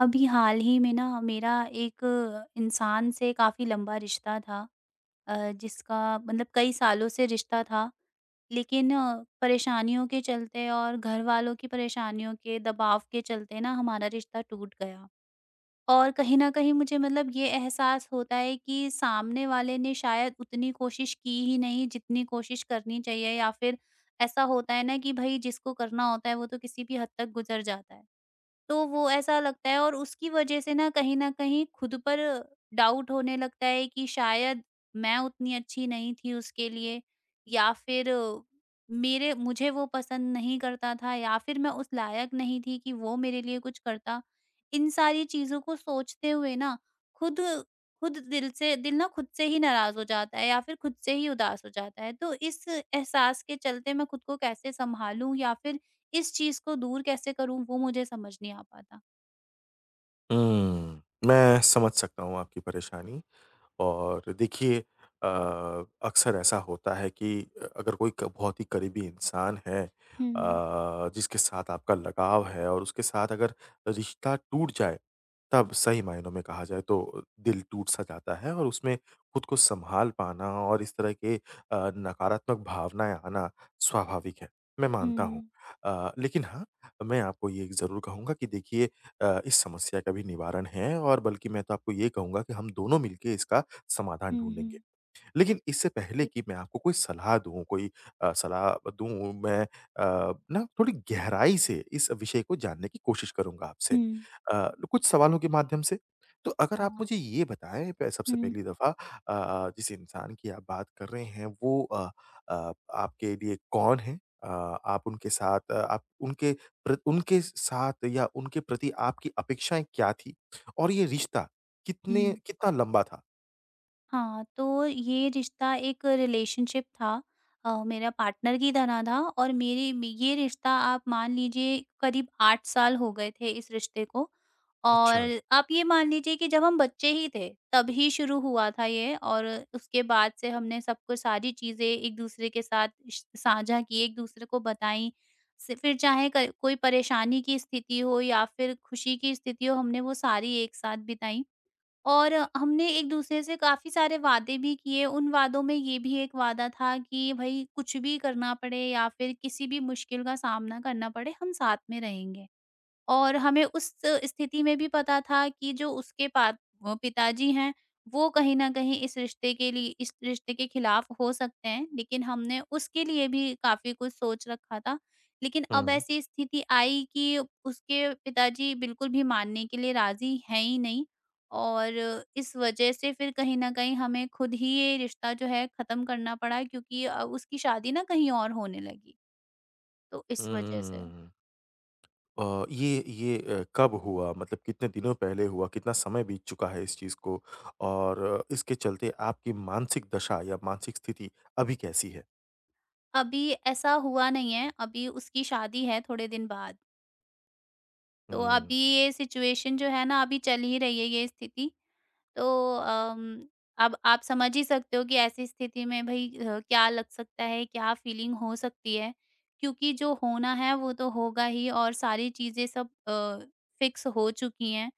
अभी हाल ही में ना मेरा एक इंसान से काफ़ी लंबा रिश्ता था जिसका मतलब कई सालों से रिश्ता था लेकिन परेशानियों के चलते और घर वालों की परेशानियों के दबाव के चलते ना हमारा रिश्ता टूट गया। और कहीं न कहीं मुझे मतलब ये एहसास होता है कि सामने वाले ने शायद उतनी कोशिश की ही नहीं जितनी कोशिश करनी चाहिए या फिर ऐसा होता है ना कि भई जिसको करना होता है वो तो किसी भी हद तक गुज़र जाता है। तो वो ऐसा लगता है और उसकी वजह से ना कहीं न कहीं खुद पर डाउट होने लगता है कि शायद मैं उतनी अच्छी नहीं थी उसके लिए या फिर मेरे मुझे वो पसंद नहीं करता था या फिर मैं उस लायक नहीं थी कि वो मेरे लिए कुछ करता। इन सारी चीज़ों को सोचते हुए ना खुद खुद दिल से दिल ना खुद से ही नाराज़ हो जाता है या फिर खुद से ही उदास हो जाता है। तो इस एहसास के चलते मैं खुद को कैसे सँभालूँ या फिर इस चीज़ को दूर कैसे करूँ वो मुझे समझ नहीं आ पाता। हुँ, मैं समझ सकता हूँ आपकी परेशानी। और देखिए अ, अक्सर ऐसा होता है कि अगर कोई क बहुत ही करीबी इंसान है हुँ, जिसके साथ आपका लगाव है और उसके साथ अगर रिश्ता टूट जाए, तब सही मायनों में कहा जाए तो दिल टूट-सा जाता है और उसमें खुद को सँभाल पाना और इस तरह के नकारात्मक भावनाएँ आना स्वाभाविक है, मैं मानता हूँ। हुँ, लेकिन हाँ, मैं आपको ये ज़रूर कहूँगा कि देखिए इस समस्या का भी निवारण है और बल्कि मैं तो आपको ये कहूँगा कि हम दोनों मिलके इसका समाधान हुँ, ढूँढेंगे। हुँ। लेकिन इससे पहले जी। कि मैं आपको कोई सलाह दूँ, सलाह दूँ मैं ना थोड़ी गहराई से इस विषय को जानने की कोशिश करूँगा आपसे। हुँ। कुछ सवालों के माध्यम से। तो अगर आप हाँ। मुझे ये बताएँ प सबसे हुँ, पहली दफ़ा जिस इंसान की आप बात कर रहे हैं वो आपके लिए कौन है? अ, आप उनके साथ, अ, आप उनके प्र उनके साथ या उनके प्रति आपकी अपेक्षाएँ क्या थी? और ये रिश्ता कितने हुँ। कितना लंबा था? हाँ, तो ये रिश्ता एक रिलेशनशिप था। मेरा पार्टनर की तरह था और मेरी ये रिश्ता आप मान लीजिए करीब 8 साल हो गए थे इस रिश्ते को। और अच्छा। आप ये मान लीजिए कि जब हम बच्चे ही थे तभी शुरू हुआ था ये। और उसके बाद से हमने सबको सारी चीज़ें एक-दूसरे के साथ श साझा की, एक-दूसरे को बताई। स फिर चाहे क कोई परेशानी की स्थिति हो या फिर खुशी की स्थिति हो, हमने वो सारी एक साथ बिताई। और हमने एक-दूसरे से काफ़ी सारे वादे भी किए। उन वादों में ये भी एक वादा था कि भई कुछ भी करना पड़े या फिर किसी भी मुश्किल का सामना करना पड़े, हम साथ में रहेंगे। और हमें उस स्थिति में भी पता था कि जो उसके पिताजी हैं, वो कहीं न कहीं इस रिश्ते के लिए इस रिश्ते के खिलाफ हो सकते हैं, लेकिन हमने उसके लिए भी काफ़ी कुछ सोच रखा था। लेकिन अब हुँ। ऐसी स्थिति आई कि उसके पिताजी बिल्कुल भी मानने के लिए राज़ी हैं ही नहीं। और इस वजह से फिर कहीं न कहीं हमें खुद ही ये रिश्ता जो है ख़त्म करना पड़ा क्योंकि उसकी शादी ना कहीं और होने लगी, तो इस वजह से। हुँ। कब हुआ? मतलब कितने दिनों पहले हुआ? कितना समय बीत चुका है इस चीज़ को? और इसके चलते आपकी मानसिक दशा या मानसिक स्थिति अभी कैसी है? अभी ऐसा हुआ नहीं है, अभी उसकी शादी है थोड़े दिन बाद। तो हुँ। अभी ये सिचुएशन जो है ना, अभी चल ही रही है ये स्थिति। तो अम, अब आप समझ ही सकते हो कि ऐसी स्थिति में भई क्या लग सकता है, क्या फीलिंग हो सकती है। क्योंकि जो होना है वो तो होगा ही और सारी चीज़ें सब फिक्स हो चुकी हैं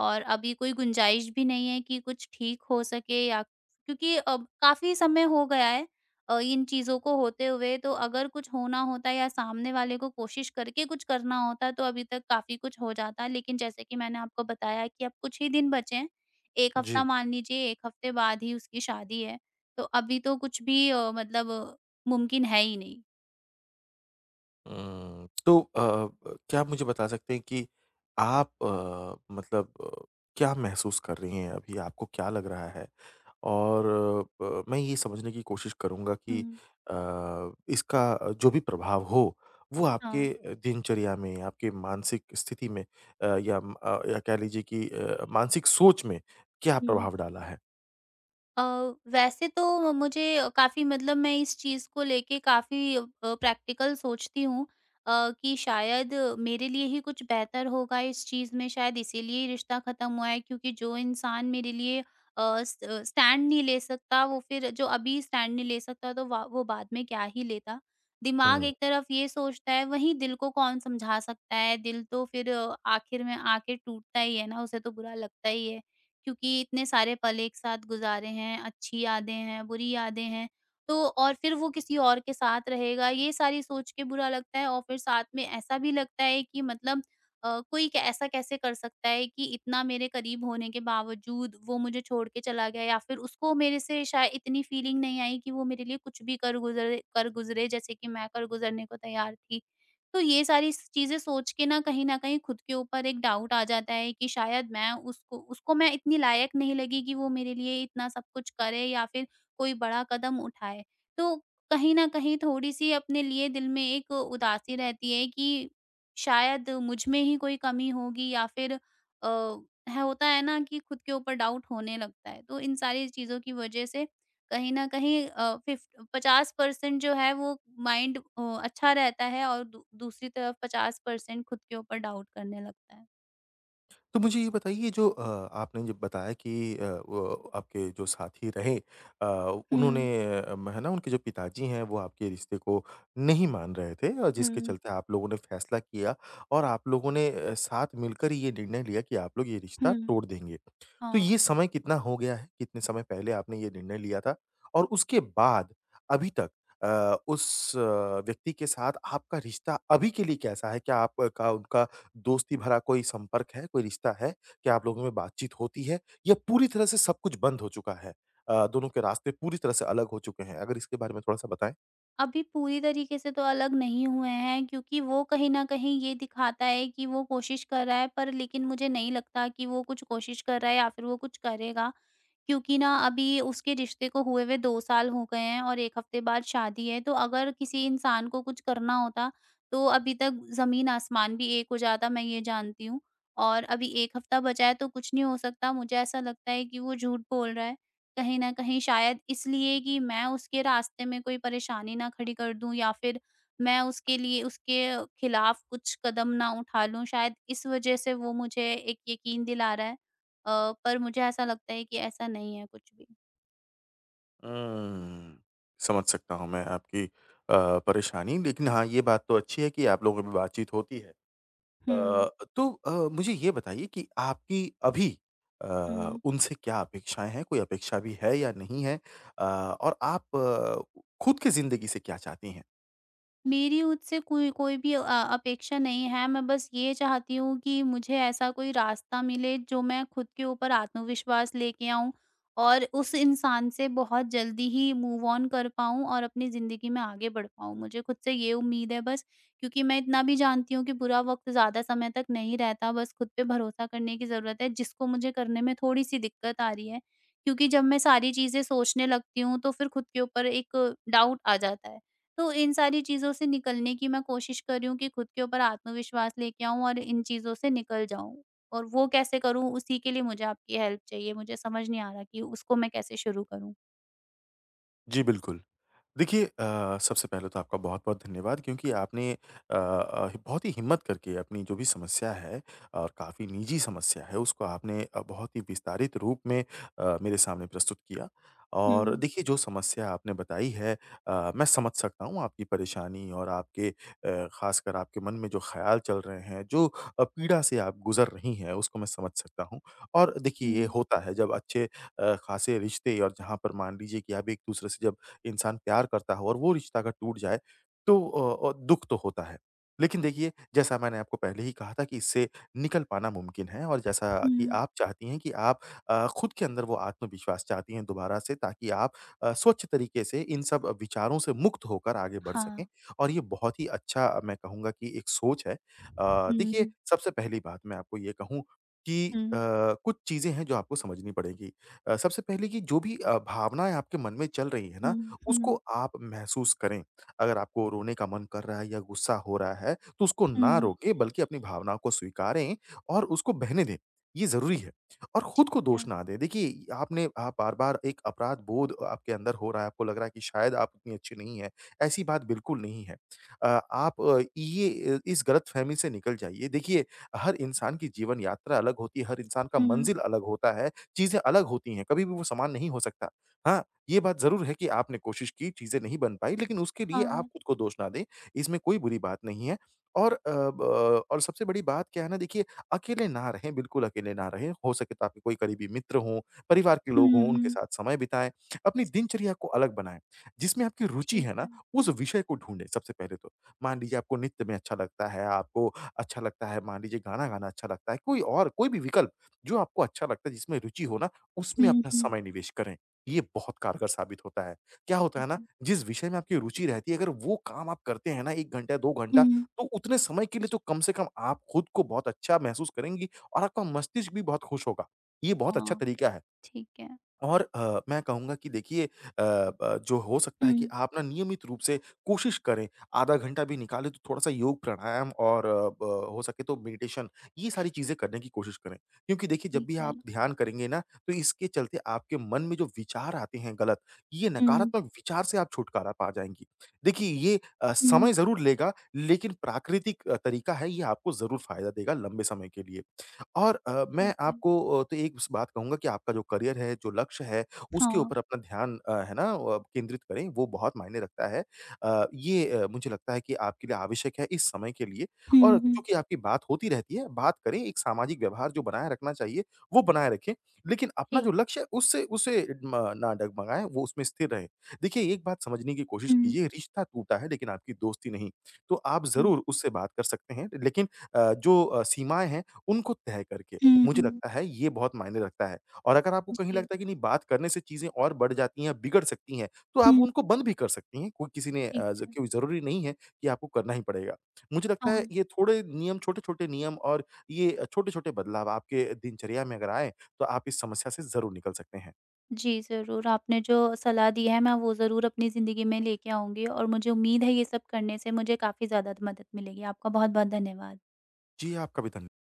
और अभी कोई गुंजाइश भी नहीं है कि कुछ ठीक हो सके या क्योंकि अब काफ़ी समय हो गया है इन चीज़ों को होते हुए। तो अगर कुछ होना होता या सामने वाले को कोशिश करके कुछ करना होता तो अभी तक काफ़ी कुछ हो जाता। लेकिन जैसे कि मैंने आपको बताया कि अब कुछ ही दिन बचे हैं। 1 जी। हफ्ता मान लीजिए 1 हफ्ते बाद ही उसकी शादी है, तो अभी तो कुछ भी मतलब मुमकिन है ही नहीं। हुँ, तो क्या आप मुझे बता सकते हैं कि आप, क्या महसूस कर रही हैं अभी? आपको क्या लग रहा है? और ब मैं ये समझने की कोशिश करूँगा कि हुँ। अ, इसका जो भी प्रभाव हो, वो आपके हाँ। दिनचर्या में, आपके मानसिक स्थिति में, या कह लीजिए कि मानसिक सोच में क्या हुँ। प्रभाव डाला है? अ, वैसे तो मुझे काफ़ी मतलब मैं इस चीज़ को लेके काफ़ी प्रैक्टिकल सोचती हूँ। अ, कि शायद मेरे लिए ही कुछ बेहतर होगा इस चीज़ में शायद इसीलिए रिश्ता ख़त्म हुआ है क्योंकि जो इंसान मेरे लिए स्टैंड नहीं ले सकता वो फिर जो अभी स्टैंड नहीं ले सकता तो वो बाद में क्या ही लेता। दिमाग हुँ। एक तरफ ये सोचता है वहीं दिल को कौन समझा सकता है। दिल तो फिर आखिर में आके टूटता ही है ना। उसे तो बुरा लगता ही है क्योंकि इतने सारे पल एक साथ गुज़ारे हैं, अच्छी यादें हैं, बुरी यादें हैं, तो और फिर वो किसी और के साथ रहेगा, ये सारी सोच के बुरा लगता है। और फिर साथ में ऐसा भी लगता है कि मतलब कोई क ऐसा कैसे कर सकता है कि इतना मेरे करीब होने के बावजूद वो मुझे छोड़ के चला गया या फिर उसको मेरे से शायद इतनी फीलिंग नहीं आई कि वो मेरे लिए कुछ भी कर गुज़रे जैसे कि मैं कर गुज़रने को तैयार थी। तो ये सारी स चीज़ें सोच के ना कहीं न कहीं खुद के ऊपर एक डाउट आ जाता है कि शायद मैं उसको उसको मैं इतनी लायक नहीं लगी कि वो मेरे लिए इतना सब कुछ करे या फिर कोई बड़ा कदम उठाए। तो कहीं न कहीं थोड़ी-सी अपने लिए दिल में एक उदासी रहती है कि शायद मुझ में ही कोई कमी होगी या फिर अ, है होता है ना कि खुद के ऊपर डाउट होने लगता है। तो इन सारी चीज़ों की वजह से कहीं न कहीं अ, फिफ 50% जो है वो माइंड अच्छा रहता है और दू दूसरी तरफ 50% खुद के ऊपर डाउट करने लगता है। तो मुझे ये बताइए जो, आपने जब बताया कि वो आपके जो साथी रहे, अ, उन्होंने हुँ, अ, म है ना उनके जो पिताजी हैं वो आपके रिश्ते को नहीं मान रहे थे और जिसके हुँ, चलते आप लोगों ने फैसला किया और आप लोगों ने साथ मिलकर ये निर्णय लिया कि आप लोग ये रिश्ता हुँ। तोड़ देंगे। तो हाँ, ये समय कितना हो गया है? कितने समय पहले आपने ये निर्णय लिया था? और उसके बाद अभी तक अ, उस अ, व्यक्ति के साथ आपका रिश्ता अभी के लिए कैसा है? क्या आपका उनका दोस्ती भरा कोई संपर्क है, कोई रिश्ता है? क्या आप लोगों में बातचीत होती है या पूरी तरह से सब कुछ बंद हो चुका है? दोनों के रास्ते पूरी तरह से अलग हो चुके हैं? अगर इसके बारे में थोड़ा-सा बताएँ। अभी पूरी तरीके से तो अलग नहीं हुए हैं क्योंकि वो कहीं न कहीं ये दिखाता है कि वो कोशिश कर रहा है पर लेकिन मुझे नहीं लगता कि वो कुछ कोशिश कर रहा है या फिर वो कुछ करेगा। क्योंकि ना अभी उसके रिश्ते को हुए हुए 2 साल हो गए हैं और 1 हफ्ते बाद शादी है, तो अगर किसी इंसान को कुछ करना होता, तो अभी तक ज़मीन-आसमान भी एक हो जाता, मैं ये जानती हूँ। और अभी 1 हफ्ता बचा है तो कुछ नहीं हो सकता, मुझे ऐसा लगता है कि वो झूठ बोल रहा है। कहीं न कहीं शायद इसलिए कि मैं उसके रास्ते में कोई परेशानी ना खड़ी कर दूँ या फिर मैं उसके लिए उसके खिलाफ कुछ कदम ना उठा लूँ, शायद इस वज़ह से वो मुझे एक यकीन दिला रहा है। पर मुझे ऐसा लगता है कि ऐसा नहीं है कुछ भी। उम, समझ सकता हूँ मैं आपकी अ, परेशानी, लेकिन हाँ, ये बात तो अच्छी है कि आप लोगों में बातचीत होती है। हुँ, अ, मुझे ये बताइए कि आपकी अभी अ, हुँ। उनसे क्या अपेक्षाएँ हैं? कोई अपेक्षा भी है या नहीं है? और आप खुद की ज़िंदगी से क्या चाहती हैं? मेरी उससे कोई कोई भी अपेक्षा नहीं है। मैं बस ये चाहती हूँ कि मुझे ऐसा कोई रास्ता मिले जो मैं खुद के ऊपर आत्मविश्वास लेके आऊँ और उस इंसान से बहुत जल्दी ही मूव ऑन कर पाऊँ और अपनी ज़िंदगी में आगे बढ़ पाऊँ। मुझे खुद से ये उम्मीद है बस क्योंकि मैं इतना भी जानती हूँ कि बुरा वक़्त ज़्यादा समय तक नहीं रहता। बस खुद पे भरोसा करने की ज़रूरत है जिसको मुझे करने में थोड़ी-सी दिक्कत आ रही है। क्योंकि जब मैं सारी चीज़ें सोचने लगती हूँ तो फिर खुद के ऊपर एक डाउट आ जाता है। तो इन सारी चीज़ों से निकलने की मैं कोशिश कर रही हूँ कि खुद के ऊपर आत्मविश्वास लेके आऊँ और इन चीज़ों से निकल जाऊँ। और वो कैसे करूँ उसी के लिए मुझे आपकी हेल्प चाहिए। मुझे समझ नहीं आ रहा कि उसको मैं कैसे शुरू करूँ? जी, बिल्कुल। देखिए सबसे पहले तो आपका बहुत-बहुत धन्यवाद क्योंकि आपने बहुत ही हिम्मत करके अपनी जो भी समस्या है और काफ़ी निजी समस्या है, उसको आपने बहुत ही विस्तारित रूप में मेरे सामने प्रस्तुत किया। और हुँ, देखिए जो समस्या आपने बताई है, मैं समझ सकता हूँ आपकी परेशानी और आपके ख़ासकर आपके मन में जो ख़्याल चल रहे हैं, जो पीड़ा से आप गुज़र रही हैं, उसको मैं समझ सकता हूँ। और देखिए ये हुँ, होता है जब अच्छे ख़ासे रिश्ते और जहाँ पर मान लीजिए कि आप एक-दूसरे से जब इंसान प्यार करता हो और वो रिश्ता अगर टूट जाए तो दुःख तो होता है। लेकिन देखिए, जैसा मैंने आपको पहले ही कहा था कि इससे निकल पाना मुमकिन है और जैसा हुँ। कि आप चाहती हैं कि आप खुद के अंदर वो आत्मविश्वास चाहती हैं दोबारा से ताकि आप स्वच्छ तरीके से इन सब विचारों से मुक्त होकर आगे बढ़ सकें हाँ। और ये बहुत ही अच्छा मैं कहूँगा कि एक सोच है। देखिए, हुँ, सबसे पहली बात मैं आपको ये कहूँ कि अ, हुँ, कुछ चीज़ें हैं जो आपको समझनी पड़ेंगी। सबसे पहले कि जो भी भावनाएँ आपके मन में चल रही हैं ना, हुँ, उसको हुँ, आप महसूस करें। अगर आपको रोने का मन कर रहा है या गुस्सा हो रहा है, तो उसको ना हुँ। रोकें बल्कि अपनी भावनाओं को स्वीकारें और उसको बहने दें, ये ज़रूरी है। और खुद को ठीक दोष है। ना दें। देखिए, आपने आप बार-बार एक अपराध बोध आपके अंदर हो रहा है, आपको लग रहा है कि शायद आप उतनी अच्छी नहीं हैं, ऐसी बात बिल्कुल नहीं है। अ, आप अ, ये अ, इस गलतफ़हमी से निकल जाइए। देखिए, हर इंसान की जीवन यात्रा अलग होती है, हर इंसान का हुँ। मंज़िल अलग होता है, चीज़ें अलग होती हैं, कभी भी वो समान नहीं हो सकता। हाँ, ये बात ज़रूर है कि आपने कोशिश की, चीज़ें नहीं बन पाई, लेकिन उसके लिए आप हाँ। खुद को दोष ना दें, इसमें कोई बुरी बात नहीं है। और अ, ब और सबसे बड़ी बात क्या है ना देखिए, अकेले ना रहें, बिल्कुल अकेले ना रहें। हो सके तो आपके कोई करीबी मित्र हों, परिवार के हुँ, लोग हों, उनके हुँ। साथ समय बिताएँ। अपनी दिनचर्या को अलग बनाएँ, जिसमें आपकी रुचि ठीक है ना, है। उस विषय को ढूँढें सबसे पहले तो। मान लीजिए आपको नृत्य में अच्छा लगता है, आपको अच्छा लगता है, मान लीजिए गाना गाना अच्छा लगता है, कोई और कोई भी विकल्प जो आपको अच्छा लगता है, जिसमें रुचि हो ना, उसमें हुँ, अपना हुँ। समय निवेश करें। ये बहुत कारगर साबित होता है। क्या होता है ठीक ना, है। जिस विषय में आपकी रुचि रहती है, अगर वो काम आप करते हैं ना 1 घंटा, 2 घंटा, हुँ। तो उतने समय के लिए तो कम से कम आप खुद को बहुत अच्छा महसूस करेंगी और आपका मस्तिष्क भी बहुत खुश होगा। ये बहुत अच्छा हाँ, तरीका है। ठीक है। और मैं कहूँगा कि देखिए अ, ब जो हो सकता हुँ। है कि आप ना नियमित रूप से कोशिश करें, आधा घंटा भी निकालें तो थोड़ा-सा योग, प्राणायाम और अ, ब हो सके तो मेडिटेशन, ये सारी चीज़ें करने की कोशिश करें। क्योंकि देखिए जब भी ठीक है। आप ध्यान करेंगे ना, तो इसके चलते आपके मन में जो विचार आते हैं गलत, ये हुँ, नकारात्मक विचार से आप छुटकारा पा जाएँगी। देखिए ये हुँ। समय ज़रूर लेगा, लेकिन प्राकृतिक तरीका है, ये आपको ज़रूर फ़ायदा देगा लंबे समय के लिए। और ठीक है। तो एक स बात कहूँगा कि आपका जो करियर है, जो लक्ष्य है, उसके हाँ। ऊपर अपना ध्यान केंद्रित करें, वो बहुत मायने रखता है। मुझे लगता है कि आपके लिए आवश्यक है इस समय के लिए हुँ, और हुँ। चूँकि आपकी बात होती रहती है, बात करें, एक सामाजिक व्यवहार जो बनाए रखना चाहिए, वो बनाए रखें, लेकिन अपना जो ठीक। लक्ष्य है, उससे उसे म ना डगमगाएँ, वो उसमें स्थिर रहें। देखिए, एक बात समझने की कोशिश हुँ। कीजिए, रिश्ता टूटा है, लेकिन आपकी दोस्ती नहीं। तो आप ज़रूर उससे बात कर सकते हैं, लेकिन सीमाएँ हैं, उनको तय करके। हुँ, मुझे हुँ। लगता है ये बहुत मायने रखता है और अगर आपको कहीं जी। लगता है कि नहीं, बात करने से चीज़ें और बढ़ जाती हैं, बिगड़ सकती हैं, तो आप हुँ, उनको बंद भी कर सकती हैं। कोई किसी ने ठीक अ, ज है। कोई ज़रूरी नहीं है कि आपको करना ही पड़ेगा। मुझे लगता है हाँ। ये थोड़े नियम छोटे-छोटे नियम और ये छोटे-छोटे बदलाव आपके दिनचर्या में अगर आएँ, तो आप इस समस्या से ज़रूर निकल सकते हैं। जी, ज़रूर आपने जो सलाह दी है मैं वो ज़रूर अपनी ज़िंदगी में लेके आऊँगी और मुझे उम्मीद है ये सब करने से मुझे काफ़ी ज़्यादा मदद मिलेगी। आपका बहुत-बहुत धन्यवाद। जी, आपका भी धन्य